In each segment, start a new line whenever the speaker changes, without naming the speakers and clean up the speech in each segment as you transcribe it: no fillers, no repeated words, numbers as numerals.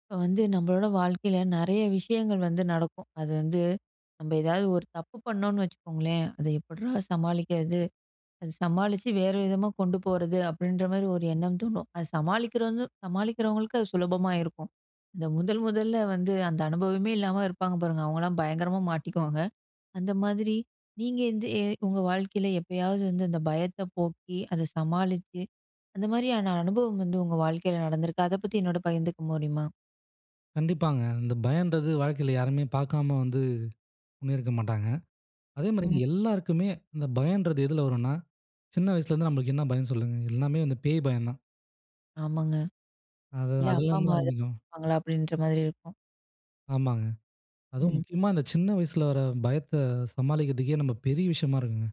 இப்ப வந்து நம்மளோட வாழ்க்கையில நெறைய விஷயங்கள் வந்து நடக்கும். அது வந்து நம்ம ஏதாவது ஒரு தப்பு பண்ணோம்னு வச்சுக்கோங்களேன், அத எப்புட்றா சமாளிக்கிறது? அது சமாளிச்சு வேறு விதமா கொண்டு போறது அப்படின்ற மாரி ஒரு எண்ணம் தோணும். அது சமாளிக்கிறவங்க சமாளிக்கிறவங்களுக்கு அது சுலபமா இருக்கும். இந்த முதல் முதல்ல வந்து அந்த அனுபவமே இல்லாம இருப்பாங்க பாருங்க. அவங்கலாம் பயங்கரமா மாட்டிக்குவாங்க. அந்த மாதிரி நீங்க வந்து உங்க வாழ்க்கையில எப்பயாவது வந்து அந்த பயத்த போக்கி, அத சமாளிச்சு, அந்த மாரியான அனுபவம் வந்து உங்க வாழ்க்கையில நடந்திருக்கா? அத பத்தி என்னோட பகிர்ந்துக்க முடியுமா?
கண்டிப்பாங்க. இந்த பயம்ன்றது வாழ்க்கையில யாருமே பார்க்காம வந்து முன்னேறிக்க மாட்டாங்க. அதே மாரி
ம்.
எல்லாருக்குமே இந்த பயம்ன்றது எதுல வரும்னா, சின்ன வயசுலேருந்து நம்மளுக்கு என்ன பயம் சொல்லுங்க? எல்லாமே வந்து பேய் பயம் தான்.
ஆமாங்க.
அது
இல்ல அப்பா,
அதுலேருந்து
அம்மா
தான் ஐயய்யோ
எதாவது
ஆரம்பிக்கும்.
கேட்பாங்களா? அப்படின்ற மாதிரி இருக்கும்.
ஆமாங்க. அதுவும்
ம்.
முக்கியமா இந்த சின்ன வயசுல வர பயத்த சமாளிக்கிறதுக்கே நம்ம பெரிய விஷயமா இருக்குங்க.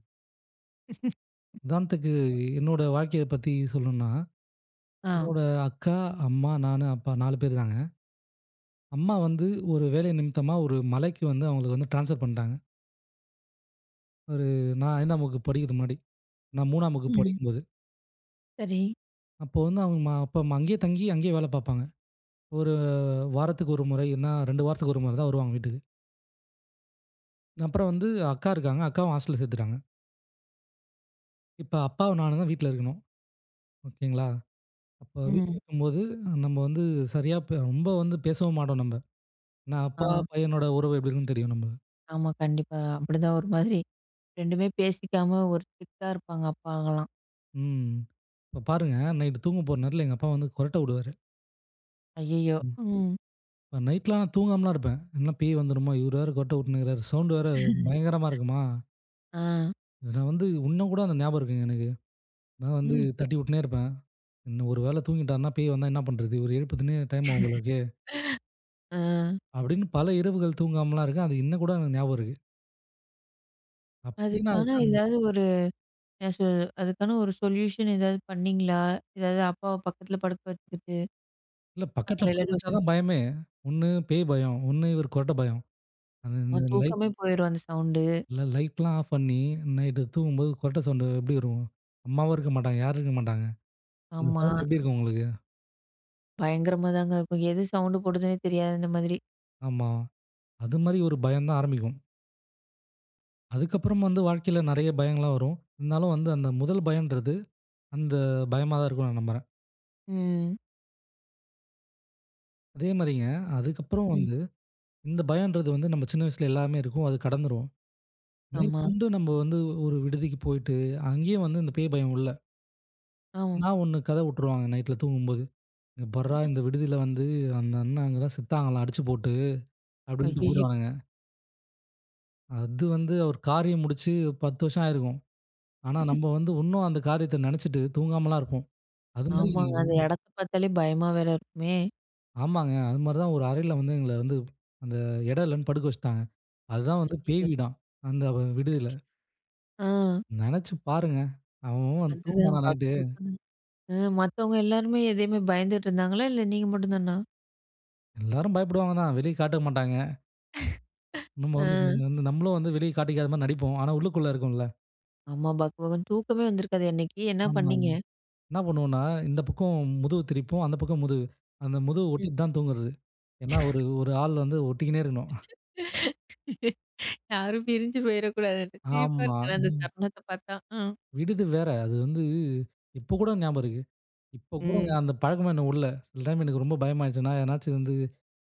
உதாரணத்துக்கு என்னோட வாழ்க்கைய பத்தி சொல்லணும்னா,
ஆ.
என்னோட அக்கா, அம்மா, நானு, அப்பா 4 பேர் தாங்க. அம்மா வந்து ஒரு வேலை நிமித்தமா ஒரு மலைக்கு வந்து அவங்களுக்கு வந்து ட்ரான்ஸ்ஃபர் பண்ணிட்டாங்க. ஒரு நான் 5ஆம் வகுப்பு படிக்கிறதுக்கு முன்னாடி. நான் 3ஆம் வகுப்பு
ம்.
படிக்கும்போது.
சரி.
அப்போ வந்து அவங்க அங்கேயே தங்கி, அங்கேயே வேலை பார்ப்பாங்க. ஒரு வாரத்துக்கு 1 முறை, இல்லன்னா 2 வாரத்துக்கு 1 முறை தான் வருவாங்க வீட்டுக்கு. அப்புறம் வந்து அக்கா இருக்காங்க. அக்காவும் ஹாஸ்டல்ல சேர்த்துட்டாங்க. இப்ப அப்பாவும் நானும் தான் வீட்ல இருக்கணும். ஓகேங்களா? அப்போ வீட்ல
ம்.
இருக்கும்போது நம்ம வந்து சரியா ப ரொம்ப வந்து பேசவும் மாட்டோம் நம்ப. ஏன்னா
ஆ.
அப்பா, பையனோட உறவு எப்டி இருக்குன்னு தெரியும் நம்ப.
ஆமா. கண்டிப்பா. அப்படிதான் ஒரு மாதிரி 2மே பேசிக்காம ஒரு ஸ்ட்ரிக்ட்டா இருப்பாங்க அப்பாங்கலாம்.
ம். இப்ப பாருங்க, நைட்டு தூங்க போற நேரத்தில எங்க அப்பா வந்து கொறட்ட வுடுவாரு.
ஐயய்யோ! ம்.
இப்ப நைட்லாம் நான் தூங்காமலாம் இருப்பேன். என்ன பேய் வந்துருமோ? இவரு வேற கொறட்ட வுட்டுன்னுருக்காரு. சவுண்ட் வேற பயங்கரமா இருக்குமா?
ஆ.
இது நான் வந்து இன்னும் கூட அந்த ஞாபகம் இருக்குங்க எனக்கு. நான் வந்து
ம்.
தட்டி விட்டுனே இருப்பேன். இன்னும் ஒரு வேள தூங்கிட்டாருன்னா பேய் வந்தா என்ன பண்றது? இவர எழுப்புதுன்னே டைம் ஆகும் போல இருக்கே!
ஆ.
அப்படின்னு பல இரவுகள் தூங்காமலாம் இருக்கேன். அது இன்னும் கூட எனக்கு ஞாபகம் இருக்கு. அப்படியே நான்
அதுக்கான
கண்
ஏதாவது ஒரு என்ன சொல் அதுக்கான ஒரு சொல்யூஷன் ஏதாவது பண்ணீங்களா? ஏதாவது அப்பாவ பக்கத்துல படுக்க வச்சுக்கிட்டு,
இல்ல பக்கத்துல
அவங்கள
படுக்க
எல்லாரையும்
வச்சா
உட்கார
தான் பயமே. ஒண்ணு பேய் பயம், ஒண்ணு இவரு கொரட்ட பயம். அந்த இந்த
அவன்
லைட்
தூக்கமே போயிரும் அந்த சவுண்டு.
இல்ல லைட்லாம் ஆஃப் பண்ணி நைட்டு தூங்கும்போது கொரட்ட சவுண்டு எப்படி வரும்? அம்மாவும் இருக்க மாட்டாங்க, யாரும் இருக்க மாட்டாங்க. அந்த
ஆமா.
சவுண்ட் எப்படி இருக்கும் உங்களுக்கு?
பயங்கரமா தாங்க இருக்கும். எது சவுண்டு போடுதுன்னே தெரியாது அந்த மாதிரி.
ஆமா. அது மாரி ஒரு பயம் தான் ஆரம்பிக்கும். அதுக்கப்புறம் வந்து வாழ்க்கையில நெறைய பயங்கள்லாம் வரும். இருந்தாலும் வந்து அந்த முதல் பயம்ன்றது, அந்த பயமா தான் இருக்கும் நான் நம்புறேன்.
ம்.
அதே மாரிங்க, அதுக்கப்புறம்
ம்.
வந்து இந்த பயம்ன்றது வந்து நம்ம சின்ன வயசுல எல்லாமே இருக்கும். அது கடந்துரும்.
ஆமா.
மேற்கொண்டு நம்ம வந்து ஒரு விடுதிக்கு போயிட்டு, அங்கேயும் வந்து இந்த பேய் பயம் உள்ள.
ஆமா.
நான் ஒண்ணு கத விட்டுருவாங்க நைட்ல தூங்கும்போது. "இங்க பார்றா இந்த விடுதியில வந்து அந்த அண்ணா அங்க தான் செத்தாங்களாம் அடிச்சு போட்டு" அப்படின்ட்டு
ஐயய்யோ!
போயிடுவானுங்க. அது வந்து ஒரு காரியம் முடிச்சு 10 வருஷம் ஆயிருக்கும். ஆனா நம்ம வந்து இன்னும் அந்த காரியத்த நெனச்சுட்டு தூங்காமலாம் இருப்போம். அது மாரி
ஆமாங்க. அந்த இடத்த பார்த்தாலே பயமா வேற இருக்குமே!
ஆமாங்க. அது மாரி தான் ஒரு அறையில வந்து எங்கள வந்து அந்த இடம் இல்லன்னு படுக்க வச்சுட்டாங்க. அதுதான் வந்து பேய்
அய்யய்யோ!
வீடாம். அந்த விடுதியில.
ஆ.
நெனச்சு பாருங்க. அவன் அவன் வந்து
அதுதான்
தூங்குவானா
பக்கு
நைட்டு.
பக்குன்னு. மத்தவங்க எல்லாருமே எதையுமே பயந்துட்டு இருந்தாங்களா? இல்ல நீங்க மட்டும் தானா?
எல்லாரும் பயப்படுவாங்க தான். வெளிய காட்ட மாட்டாங்க. நம்ம
ஆ.
வந்து இது வந்து நம்மளும் வந்து வெளிய காட்டிக்காத மாரி நடிப்போம். ஆனா உள்ளுக்குள்ள இருக்கும்ல.
ஆமா. பக்கு பக்குன்னு தூக்கமே வந்திருக்காதே அன்னைக்கு. என்ன
ஆமாங்க.
பண்ணீங்க?
என்ன பண்ணுவோம்னா, இந்த பக்கம் முதுகு திருப்பிப்போம். அந்த பக்கம் முதுகு. அந்த முதுகு
ம்.
ஒட்டிட்டு தான் தூங்குறது. ஏன்னா, ஒரு ஒரு ஆள் வந்து ஒட்டிக்கினே இருக்கணும்.
யாரும் பிரிஞ்சு போயிறக்கூடாதுன்னு. சிரிப்பா
ஆமா.
இருக்கு ஆனா அந்த
ம்.
தருணத்த பார்த்தா. ம்.
விடுதி வேற. அது வந்து இப்போ கூட ஞாபகம் இருக்கு. இப்போ கூடங்க
ம்.
அந்த பழக்கமே எனக்கு உள்ள. சில டைம் எனக்கு ரொம்ப பயமாயிடுச்சுன்னா, எதனாச்சும் வந்து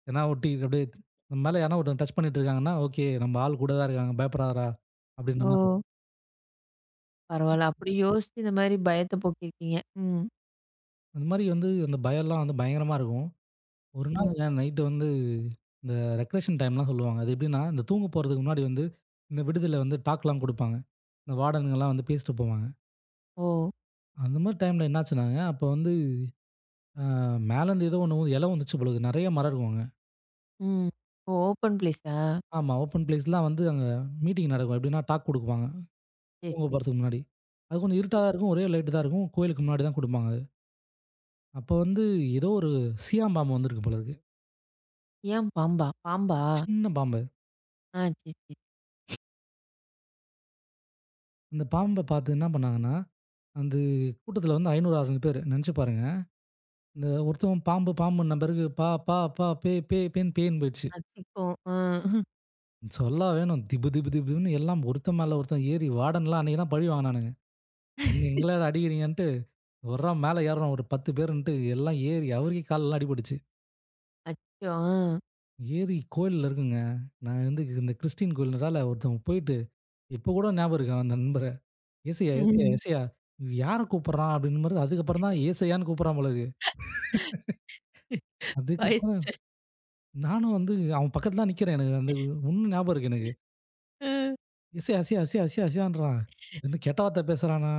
எதனா ஒட்டி அப்படியே நம்ம மேல யாருனா ஒருத்தங்க டச் பண்ணிட்டு இருக்காங்கன்னா, ஓகே நம்ம ஆள் கூட தான் இருக்காங்க பயப்படாதடா! அப்படின்ற
ஓ!
மாரி
பரவால்ல. அப்படி யோசிச்சு இந்த மாரி பயத்த போக்கியிருக்கீங்க. ம்.
அந்த மாரி வந்து அந்த பயம்லாம் வந்து பயங்கரமா இருக்கும். ஒரு நாள்
ம்.
ம். ஏன் நைட்டு வந்து இந்த ரெக்ரேஷன் டைம்லாம் சொல்லுவாங்க. அது எப்படின்னா, இந்த தூங்க போறதுக்கு முன்னாடி வந்து இந்த விடுதியில வந்து டாக்லாம் குடுப்பாங்க. இந்த வார்டனுங்கலாம் வந்து பேசிட்டு போவாங்க.
ஓ!
அந்த மாரி டைம்ல என்னாச்சுனாங்க, அப்போ வந்து அ மேலேருந்து ஏதோ ஒண்ணு இல வந்துச்சு போல இருக்கு. நெறைய மரம் இருக்கும் அங்க.
ம். ஓ! ஓப்பன் பிளேஸா?
ஆமா, ஓப்பன் பிளேஸ்லாம் வந்து அங்க மீட்டிங் நடக்கும். எப்படின்னா டாக் குடுப்பாங்க
சரி,
தூங்க
சரி.
போறதுக்கு முன்னாடி. அது கொஞ்சம் இருட்டா தான் இருக்கும். ஒரே லைட்டு தான் இருக்கும். கோயிலுக்கு முன்னாடி தான் குடுப்பாங்க அது. அப்போ வந்து ஏதோ ஒரு சியாம் பாம்பு வந்திருக்கு போல இருக்கு.
ஏன் பாம்பா? பாம்பா?
சின்ன பாம்பு.
ஆ சரி, சரி.
அந்த பாம்ப பார்த்து என்ன பண்ணாங்கன்னா அந்த கூட்டத்தில வந்து 500, 600 பேரு. நெனச்சு பாருங்க. இந்த ஒருத்தவன் பாம்பு, பாம்புன்ன பிறகு பா, பா, பா, பே, பே, பேன்னு பேய்ன்னு போயிடுச்சு.
அது சிக்கும். ம்.
சொல்ல வேணும். திபு, திபு, திபு திபுன்னு எல்லாம் ஒருத்தன் மேல ஒருத்தன் ஏறி வார்டன்லாம் அன்னைக்கு தான் பழி வாங்குனானுங்க. இன்னும் எங்களடா அடிக்கிறீங்கன்ட்டு வர்றோம் மேல ஏறுறோம் ஒரு 10 பேருன்ட்டு எல்லாம் ஏறி அவருக்கே கால்லலாம் அடிபட்டுச்சு.
அச்சோ! ஆ.
ஏறி கோயில்ல இருக்குங்க. நான் வந்து இந்த கிறிஸ்டின் கோயில்னால ஒருத்தன் போயிட்டு இப்ப கூட ஞாபகம் இருக்கு அந்த நண்பர. "ஏசய்யா, ஏசய்யா,
ம்.
ஏசய்யா யார கூப்பிடுறான்?" அப்டின்ற மாரி அதுக்கப்புறம் தான் ஏசய்யான்னு கூப்பிடுறான் போல இருக்கு.
பயத்
அதுக்கப்புறம் நானும் வந்து அவன் பக்கத்துல தான் நிக்கிறேன். எனக்கு வந்து இன்னும் ஞாபகம் இருக்கு.
ம்.
"அசியா, அசியா, அசியா, அசியா, அசியான்றான்." என்ன கெட்ட வார்த்தை பேசுறானா?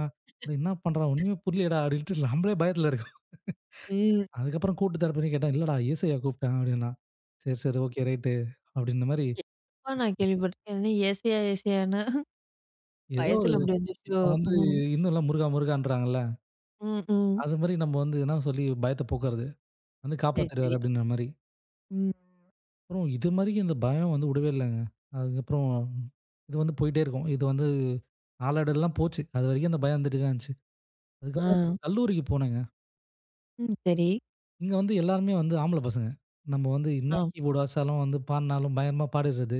டேய் என்ன பண்றான்? ஒண்ணுமே புரியலயேடா! அப்படின்ட்டு நம்மளே பயத்துல இருக்கோம்.
ம்.
அதுக்கப்புறம் கூட்டு தரப்புன்னு கேட்டேன். "இல்லடா ஏசய்யா கூப்பிட்டேன்" அப்படின்னா. "சரி, சரி. ஓகே. ரைட்டு." அப்படின்ற மாரி
எப்ப நான் கேள்விப்பட்டிருக்கேன். என்ன ஏசையா ஏசையான்னு
ஏதோ
பயத்துல
ஒரு
ஆமா. அப்படி வந்துருச்சோ!
இப்ப வந்து
ம்.
இன்னும்லாம் முருகா, முருகான்றாங்கல்ல.
ம், ம்.
அது மாரி நம்ம வந்து எதுனா சொல்லி பயத்த போக்குறது. வந்து
சரி, சரி.
காப்பாத்திருவாரு அப்படின்ற மாரி.
ம்.
அப்புறம் இது மாரி இந்த பயம் வந்து விடவே இல்லங்க. அதுக்கப்புறம் இது வந்து போயிட்டே இருக்கும். இது வந்து நாளடைவில்லாம் போச்சு. அதுவரைக்கும் அந்த பயம் வந்துட்டே தான் இருந்துச்சு. அதுக்கப்புறம்
ஆ.
கல்லூரிக்கு போனேங்க.
ம். சரி.
இங்க வந்து எல்லாருமே வந்து ஆம்பள பசங்க. நம்ம வந்து என்ன
ஆ.
கீபோர்டு வாசிச்சாலும் வந்து பாடுனாலும் பயங்கரமா பாடிடுறது.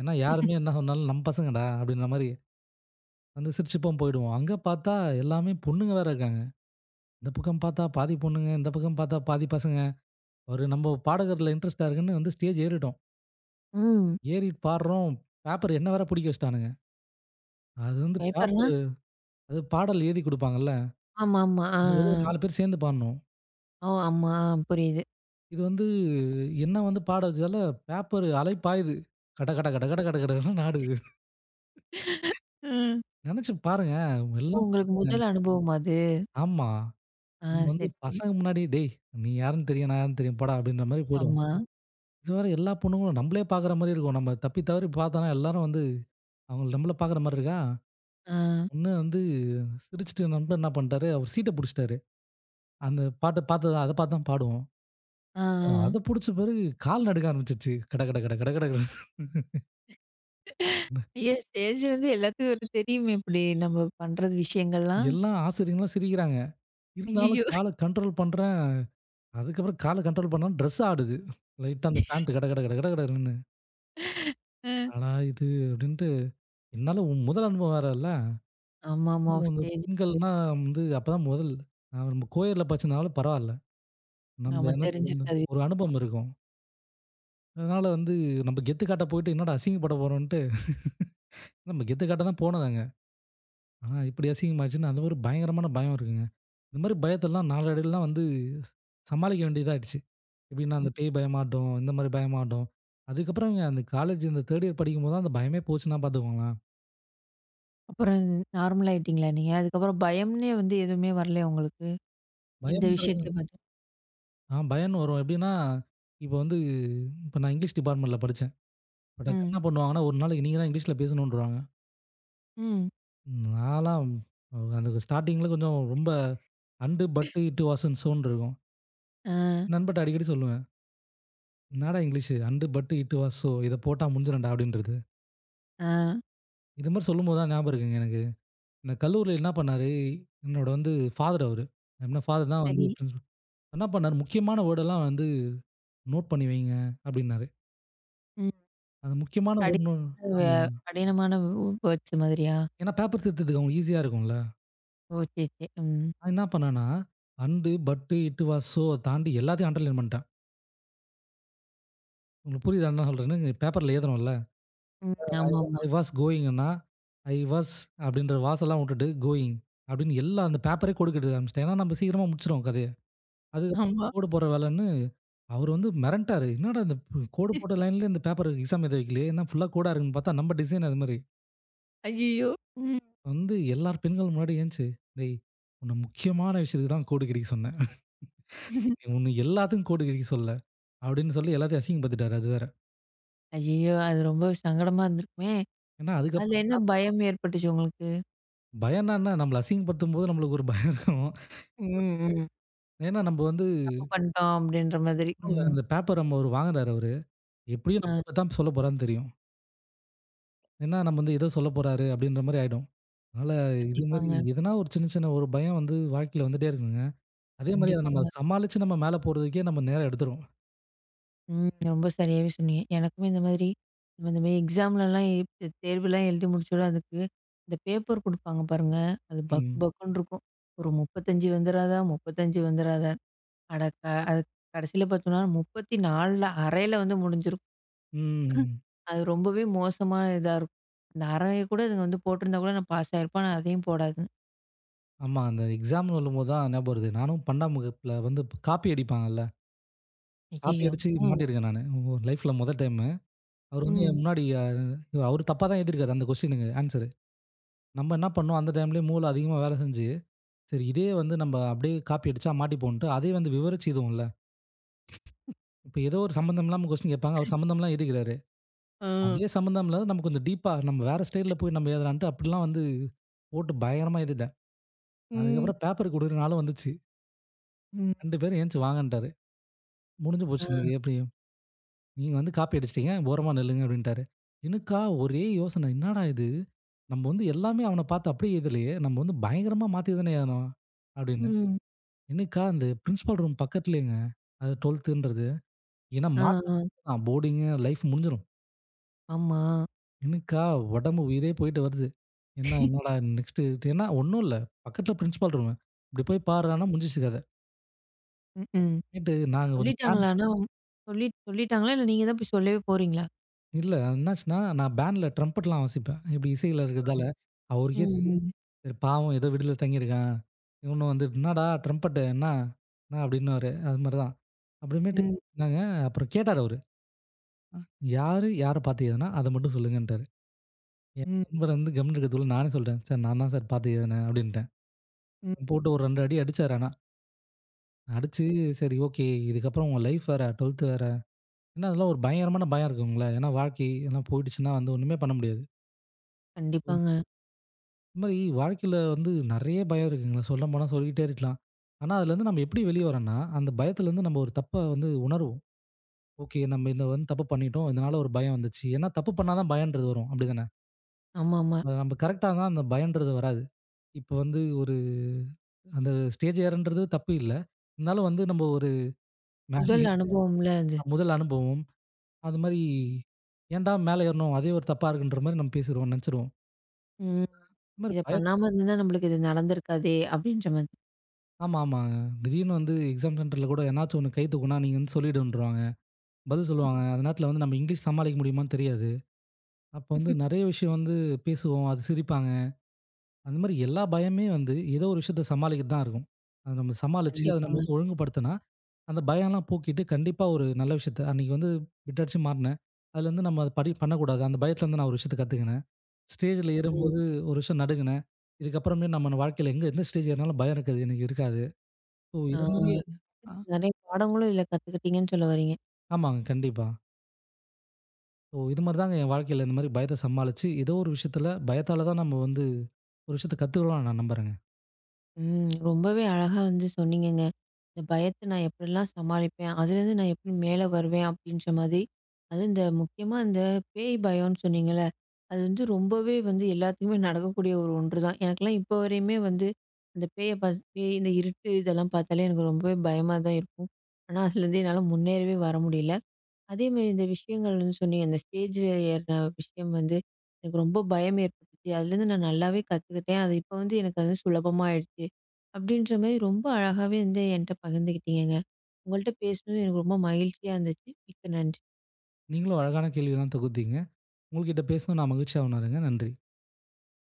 ஏன்னா யாருமே என்ன சொன்னாலும் நம்ம பசங்கடா அப்படின்ற மாரி வந்து சிரிச்சுப்போம் போயிடுவோம். அங்க பார்த்தா எல்லாமே பொண்ணுங்க வேற இருக்காங்க. இந்த பக்கம் பார்த்தா பாதி பொண்ணுங்க, இந்த பக்கம் பார்த்தா பாதி பசங்க. ஒரு நம்ம பாடகர்ல இன்ட்ரெஸ்ட்டா இருக்குன்னு வந்து ஸ்டேஜ் ஏறிட்டோம்.
ம்.
ஏறி பாடுறோம். பேப்பர் என்ன வேற புடிக்க வச்சுட்டானுங்க. அது வந்து
பயப்பட்றான்.
பேப்பரு அது பாடல் எழுதி குடுப்பாங்கல்ல.
ஆமாமா. ஆ,
அது வெறும்
ஆ.
4 பேர் சேர்ந்து பாடணும்.
ஓ! ஆமா. ஆ புரியுது.
இது வந்து என்ன வந்து பாட வச்சதால, பேப்பர் அலை பாயுது. கட கட கட கட கட கடன்னு ஆடுது.
ம்.
நெனச்சு பாருங்க.
ஓ!
எல்லாம்
உங்களுக்கு
போட்டு
முதல் அனுபவமா அது?
ஆமா.
ஆ
நம்ம வந்து
சரி, சரி.
பசங்க முன்னாடி, "டேய்! நீ யாருன்னு தெரியும், நான் யாருன்னு தெரியும். போடா" அப்படின்ற மாரி போயிடும்.
ஆமா.
இது வேற எல்லா பொண்ணுங்களும் நம்மளே பாக்குற மாரி இருக்கும். நம்ம தப்பி தவறி பாத்தோம்னா, எல்லாரும் வந்து அவங்க நம்மள பாக்குற மாரி இருக்கா?
ஆ.
ஒண்ணு வந்து சிரிச்சுட்டு நண்பன் என்ன பண்ணிட்டாரு, அவர் சீட்ட புடிச்சுட்டாரு. அந்த பாட்ட பாத்து அத பாத்து தான் பாடுவோம்.
ஆ, ஆ.
அத புடிச்ச பிறகு கால் நடுங்க ஆரம்பிச்சுருச்சு. கட கட கட கட கட கடன்னு.
ஐயோ! ஸ்டேஜ்லருந்து எல்லாத்துக்கும் ஒரு தெரியுமே இப்படி நம்ம பண்றது விஷயங்கள்லாம்.
எல்லாம் ஆசிரியர்கள்லாம் சிரிக்கிறாங்க. ம். இருந்தாலும்
ஐயய்யோ!
கால கண்ட்ரோல் பண்றேன். அதுக்கப்புறம் கால கண்ட்ரோல் பண்ணாம ட்ரெஸ் ஆடுது. லைட்டா அந்த பேண்ட் கட கட கட கட கடன்னு.
அ.
என்னடா இது அப்படின்ட்டு என்னால உன் முதல் அனுபவம் வேறல்ல.
ஆமாமா.
அதுவும் வந்து
ஸ்டேஜ்
பெண்கள்னா வந்து அப்பதான் முதல். நான் நம்ம கோயில்ல படிச்சிருந்தாலும் பரவால்ல. நம்ம
ஆமா.
என்ன சொல்றது
தெரிஞ்சிருக்காது.
ஒரு அனுபவம் இருக்கும். அதனால வந்து நம்ம கெத்து காட்ட போயிட்டு என்னடா அசிங்கப்பட போறோம்ன்ட்டு நம்ம கெத்து காட்ட தான் போனோம் அங்க. ஆ இப்படி அசிங்கமாச்சுன்னு அந்த ஒரு பயங்கரமான பயம் இருக்குங்க. இந்த மாரி பயத்தெல்லாம் நாளடைவில்லாம் வந்து சமாளிக்க வேண்டியதா ஆயிடுச்சு. எப்படின்னா
ம்.
அந்த பேய் பயமாட்டும், இந்த மாரி பயமாட்டும். அதுக்கப்புறம் இங்க அந்த காலேஜ் இந்த 3 இயர் படிக்கும்போது தான் அந்த பயமே போச்சுன்னா பார்த்துக்கோங்களேன்.
அப்புறம் நார்மல் ஆயிட்டீங்களா நீங்க? அதுக்கப்புறம் பயம்னே வந்து எதுவுமே வரலையா உங்களுக்கு? எந்த
பயம்ன்றது
விஷயத்தையும் பார்த்து?
ஆ பயம்ன்னு வரும். எப்படின்னா, இப்போ வந்து இப்போ நான் இங்கிலீஷ் டிபார்ட்மெண்ட்ல படிச்சேன். இப்ப டக்குனு
ம்.
என்ன பண்ணுவாங்கன்னா, ஒரு நாளைக்கு நீங்க தான் இங்கிலீஷ்ல பேசணுன்ருவாங்க.
ம்.
நான்லாம் அந்த ஸ்டார்ட்டிங்ல கொஞ்சம் ரொம்ப அண்டு, பட்டு, இட்டு, வாசன், சோன்னு இருக்கும்.
ஆ,
நண்பன்ட்ட அடிக்கடி சொல்லுவேன். என்னடா இங்கிலீஷு? அண்டு, பட்டு, இட்டு, வாஸ், ஸோ இத போட்டா முடிஞ்சிரும்டா அப்படின்றது.
ஆ.
இது மாரி சொல்லும்போது தான் ஞாபகம் இருக்குங்க எனக்கு. இந்த கல்லூரியில என்ன பண்ணாரு, என்னோட வந்து ஃபாதர் அவரு. என்ன ஃபாதர் தான் வந்து
சரி.
பிரின்சிபல். என்ன பண்ணாரு, முக்கியமான வேர்டெல்லாம் வந்து நோட் பண்ணி வைங்க அப்படின்னாரு.
ம்.
அந்த முக்கியமான
கடி
வேர்ட் நோ
வே
ஆமாங்க.
கடினமான வேர்ட்ஸ் மாதிரியா?
ஏன்னா பேப்பர் திருத்ததுக்கு அவங்க ஈஸியா இருக்கும்ல.
ஓ! சரி, சரி. ம்.
நான் என்ன பண்ணேன்னா, அண்டு, பட்டு, இட்டு, வாஸ், ஸோ தாண்டி எல்லாத்தையும் அண்டர்லைன் பண்ணிட்டேன். உங்களுக்கு புரியுதா என்ன சொல்றேன்னு? பேப்பர்ல எழுதணும்ல.
ம். ஆமாமா.
ஐ வாஸ் கோயிங்ன்னா, ஐ வாஸ் அப்படின்ற வாசெல்லாம் விட்டுட்டு கோயிங் அப்படின்னு எல்லா அந்த பேப்பரே கோடு கட்ட ஆரம்பிச்சுட்டேன். ஏன்னா நம்ம சீக்கிரமா முடிச்சுருவோம் கதைய. அதுக்கப்புறம்
ஆமா.
கோடு போடுற வேலைன்னு அவரு வந்து மிரண்டுட்டாரு. என்னடா இந்த கோடு போட்ட லைன்ல இந்த பேப்பர் எக்ஸாம் எழுத வைக்கலையே, என்ன ஃபுல்லா கோடா இருக்குன்னு பார்த்தா நம்ம டிசைன் அது மாரி.
ஐயய்யோ! ம்.
வந்து எல்லார் பெண்கள் முன்னாடி ஏந்துச்சு, "டேய் உன்ன முக்கியமான விஷயத்துக்கு தான் கோடு கிழிக்க சொன்னேன். உன்ன எல்லாத்துக்கும் கோடு கிழிக்க சொல்லல" அப்படின்னு சொல்லி எல்லாத்தையும் அசிங்கப்படுத்திட்டாரு அது வேற.
ஐயய்யோ! அது ரொம்ப சங்கடமா இருந்திருக்குமே!
ஏன்னா அதுக்கப்புறம்
அதுல என்ன பயம் ஏற்பட்டுச்சு உங்களுக்கு?
பயம்னா என்ன நம்மள அசிங்கப்படுத்தும்போது நம்மளுக்கு ஒரு பயம் இருக்கும்.
ம், ம்.
ஏன்னா நம்ம வந்து
தப்பு பண்ணிட்டோம் அப்படின்ற மாதிரி. ம்.
இந்த பேப்பர் நம்ம அவரு வாங்குறாரு அவரு. எப்படியும்
ஆ.
நம்மள பத்தி தான் சொல்லப் போறான்னு தெரியும். ஏன்னா நம்ம வந்து ஏதோ சொல்லப் போறாரு அப்படின்ற மாரி ஆயிடும். அதனால இது மாரி
கண்டிப்பாங்க.
எதனா ஒரு சின்ன, சின்ன ஒரு பயம் வந்து வாழ்க்கையில வந்துட்டே இருக்குங்க. அதே மாரி அத நம்ம
கண்டிப்பாங்க.
சமாளிச்சு நம்ம மேல போறதுக்கே நம்ம நேரம் எடுத்துரும்.
ம். ரொம்ப சரியாவே சொன்னீங்க. எனக்குமே இந்த மாதிரி நம்ம இந்த மாரி எக்ஸாம்லலாம் தேர்வுலாம் எழுதி முடிச்சோட, அதுக்கு இந்த பேப்பர் குடுப்பாங்க பாருங்க. அது பக்
ம்.
பக்குன்னு இருக்கும். ஒரு 35 வந்துராதா? 35 வந்துராதா? அட க அது கடைசியில பார்த்தோம்னா 34ல அரையில வந்து முடிஞ்சிருக்கும்.
ம்.
அது ரொம்பவே மோசமா இதா இருக்கும். அந்த அரைய கூட இதுங்க வந்து போட்டிருந்தா கூட நான் பாஸ் ஆயிருப்பேன். ஆனா அதையும் போடாதுங்க.
ஆமா. அந்த எக்ஸாம்ன்னு சொல்லும்போது தான் ஞாபகம் வருது. நானும் 12ஆம் வகுப்புல வந்து காப்பி அடிப்பாங்கல்ல. காப்பி
ஐயய்யோ!
அடிச்சு
ஆ.
மாட்டியிருக்கேன் நானு. லைஃப்ல மொத டைமு. அவரு வந்து
ம்.
என் முன்னாடி அ அவரு தப்பா தான் எழுதியிருக்காரு அந்த கொஸ்டினுக்கு ஆன்சரு. நம்ம என்ன பண்ணோம் அந்த டைம்லயே மூளை அதிகமா வேலை செஞ்சு, சரி இதே வந்து நம்ம அப்படியே காப்பி அடிச்சா மாட்டிப்போம்ன்ட்டு, அதையும் வந்து விவரிச்சு இதுவும்ல. இப்ப ஏதோ ஒரு சம்மந்தம் இல்லாம கொஸ்டின் கேட்பாங்க. அவர் சம்மந்தம் இல்லாம எழுதிக்கிறாரு.
ஆ.
அதே சம்மந்தம் இல்லாத நம்ம கொஞ்சம் டீப்பா நம்ம வேற ஸ்டைல்ல போய் நம்ம எழுதலான்ட்டு அப்படிலாம் வந்து போட்டு பயங்கரமா எழுதிட்டேன்.
ம்.
அதுக்கப்புறம் பேப்பர் குடுக்குற நாளும் வந்துச்சு.
ம்.
2 பேரும் "எந்திச்சு வாங்கன்ட்டாரு. முடிஞ்சு
ம்.
போச்சு இன்னைக்கு
ஆ.
எப்படியும். நீங்க வந்து காப்பி அடிச்சிட்டீங்க. ஓரமா நில்லுங்க" அப்படின்ட்டாரு. எனக்கா ஒரே யோசனை. என்னடா இது? நம்ம வந்து எல்லாமே அவன பார்த்து அப்படியே எழுதலையே. நம்ம வந்து பயங்கரமா மாத்தி தானே எழுதுனோம் அப்படின்னு.
ம்,
எனக்கா அந்த பிரின்சிபல் ரூம் பக்கத்துலேயேங்க. அது 12ன்றது. ஏன்னா
ஆ,
மார்க்
ஆ.
தான் போர்டிங்கு லைஃப் முடிஞ்சிரும்.
ஆமா.
எனக்கா உடம்பு உயிரே போயிட்டு வருது. என்ன என்னடா நெக்ஸ்ட்டு ஏன்னா ஒண்ணும் இல்ல. பக்கத்துல பிரின்சிபால் ரூமு. "இப்படி போய் பார்றான்னா" முடிஞ்சிச்சு கத.
ம், ம்.
நைட்டு நாங்க கொஞ்சம் பேண்ட்
சொல்லிட்டாங்களா? ஆனா சொல்லிட்டாங்களா? இல்ல நீங்க தான் போய் சொல்லவே போறீங்களா?
இல்ல என்னாச்சுன்னா, நான் பேண்ட்ல ட்ரம்பட்லாம் வாசிப்பேன். இப்படி இசையில இருக்கிறதால,
ம்,
அவருக்கே தெரியும்.
ம்.
"சரி பாவம் ஏதோ விடுதில தங்கியிருக்கான். இவனும் வந்து என்னடா ட்ரம்பட்டு என்னா? என்னா?" அப்படின்னாரு. அது மாரி தான். அப்புறமேட்டு
ம்,
நாங்க அப்புறம் கேட்டாரு அவரு. "யாரு யார பார்த்து எதுனா அத மட்டும் சொல்லுங்கன்ட்டாரு." என்
ம்,
நண்பர் வந்து கம்முனு இருக்கதுக்குள்ள நானே சொல்ட்டேன். "சார் நான் தான் சார் பார்த்து எதுனேன்" அப்படின்ட்டேன்.
ம்.
போட்டு ஒரு 2 அடி அடிச்சாரு ஆனா. அடிச்சு சரி ஓகே. இதுக்கப்புறம் உங்க லைஃப் வேற 12த் வேற. ஏன்னா அதெல்லாம் ஒரு பயங்கரமான பயம் இருக்கும்ல. ஏன்னா வாழ்க்கை எல்லாம் போயிடுச்சுன்னா வந்து ஒண்ணுமே பண்ண முடியாது.
கண்டிப்பாங்க.
இந்த மாரி வாழ்க்கையில வந்து நெறைய பயம் இருக்குங்க. சொல்லப்போனா சொல்லிக்கிட்டே இருக்கலாம். ஆனா அதுலேருந்து நம்ம எப்படி வெளிய வரோம்னா, அந்த பயத்துலேருந்து நம்ம ஒரு தப்ப வந்து உணருவோம். ஓகே நம்ம இந்த வந்து தப்பு பண்ணிட்டோம். இதனால ஒரு பயம் வந்துச்சு. ஏன்னா தப்பு பண்ணா தான் பயம்ன்றது வரும். அப்படிதானே?
ஆமாமா.
அ நம்ம கரெக்ட்டா இருந்தா அந்த பயம்ன்றது வராது. இப்போ வந்து ஒரு அந்த ஸ்டேஜ் ஏறன்றது தப்பு இல்ல. இருந்தாலும் வந்து நம்ம ஒரு மேலே
முதல்
ஏறுன
அனுபவம்ல அது.
முதல் அனுபவம். அது மாரி, "ஏன்டா மேல ஏறினோம்? அதே ஒரு தப்பா இருக்குன்ற" மாரி நம்ம பேசிருவோம், நெனச்சிருவோம்.
ம்.
இது மாரி
இத
பய
பண்ணாம இருந்திருந்தா நம்மளுக்கு இது நடந்திருக்காதே! அப்பிடின்ற மாதிரி.
ஆமா, ஆமாங்க. திடீர்னு வந்து எக்ஸாம் சென்டர்ல கூட எதனாச்சும் ஒண்ணு கை தூக்குனா, நீங்க வந்து சொல்லிடுன்றவாங்க. பதில் சொல்லுவாங்க. அந்த நேரத்துல வந்து நம்ம இங்கிலீஷ் சமாளிக்க முடியுமான்னு தெரியாது. அப்ப வந்து நெறைய விஷயம் வந்து பேசுவோம், அது சிரிப்பாங்க. அந்த மாரி எல்லா பயமே வந்து ஏதோ ஒரு விஷயத்த சமாளிக்க தான் இருக்கும். அத நம்ம சமாளிச்சு, அத நம்ம
கண்டிப்பாங்க.
வந்து ஒழுங்குபடுத்துனா, அந்த பயம்லாம் போக்கிட்டு கண்டிப்பா ஒரு நல்ல விஷயத்த அன்னைக்கு வந்து பிட் அடிச்சு மாட்டுனேன். அதுலருந்து நம்ம அத படி பண்ணக்கூடாது. அந்த பயத்துலருந்து நான் ஒரு விஷயத்த கத்துக்கினேன். ஸ்டேஜ்ல
ம்.
ஏறும்போது ஒரு விஷயம் நடுங்குனேன். இதுக்கப்புறமே நம்ம வாழ்க்கையில எங்க எந்த ஸ்டேஜ் ஏறினாலும் பயம் இருக்காது எனக்கு இருக்காது. ஸோ
ஆ.
இது மாரியே ஆ
நெறைய பாடங்களும் இதுல கத்துக்கிட்டீங்கன்னு சொல்ல வரீங்க.
ஆமாங்க. கண்டிப்பா. ஸோ இது மாரி தாங்க என் வாழ்க்கையில இந்த மாரி பயத்த சமாளிச்சு, ஏதோ ஒரு விஷயத்துல பயத்தால தான் நம்ம வந்து ஒரு விஷயத்த கத்துக்கிறோம்னு நான் நம்புறேங்க.
ம். ரொம்பவே அழகா வந்து சொன்னீங்கங்க. இந்த பயத்த நான் எப்படிலாம் சமாளிப்பேன்? அதுலேருந்து நான் எப்படி மேல வருவேன்? அப்படின்ற மாதிரி. அதுவும் இந்த முக்கியமா இந்த பேய் பயம்ன்னு சொன்னீங்கல்ல, அது வந்து ரொம்பவே வந்து எல்லாத்துக்குமே நடக்கக்கூடிய ஒரு ஒன்று தான். எனக்கெல்லாம் இப்போ வரையுமே வந்து அந்த பேய் இந்த இருட்டு இதெல்லாம் பார்த்தாலே எனக்கு ரொம்பவே பயமா தான் இருக்கும். ஆனா, அதுலேருந்து என்னால முன்னேறவே வர முடியல. அதேமாரி இந்த விஷயங்கள் வந்து சொன்னீங்க. இந்த ஸ்டேஜ்ல ஏறுன விஷயம் வந்து எனக்கு ரொம்ப பயம் ஏற்பட்டுச்சு. அதுலேருந்து நான் நல்லாவே கத்துக்கிட்டேன். அது இப்ப வந்து எனக்கு அது சுலபமா ஆயிடுச்சு. அப்படின்ற மாரி ரொம்ப அழகாவே வந்து என்ட்ட பகிர்ந்துக்கிட்டீங்கங்க. உங்கள்ட்ட பேசினது எனக்கு ரொம்ப மகிழ்ச்சியா இருந்துச்சு. மிக்க நன்றி.
நீங்களும் அழகான கேள்வி தான் தொகுத்தீங்க. உங்ககிட்ட பேசினது நான் மகிழ்ச்சியா உணர்றேங்க. நன்றி.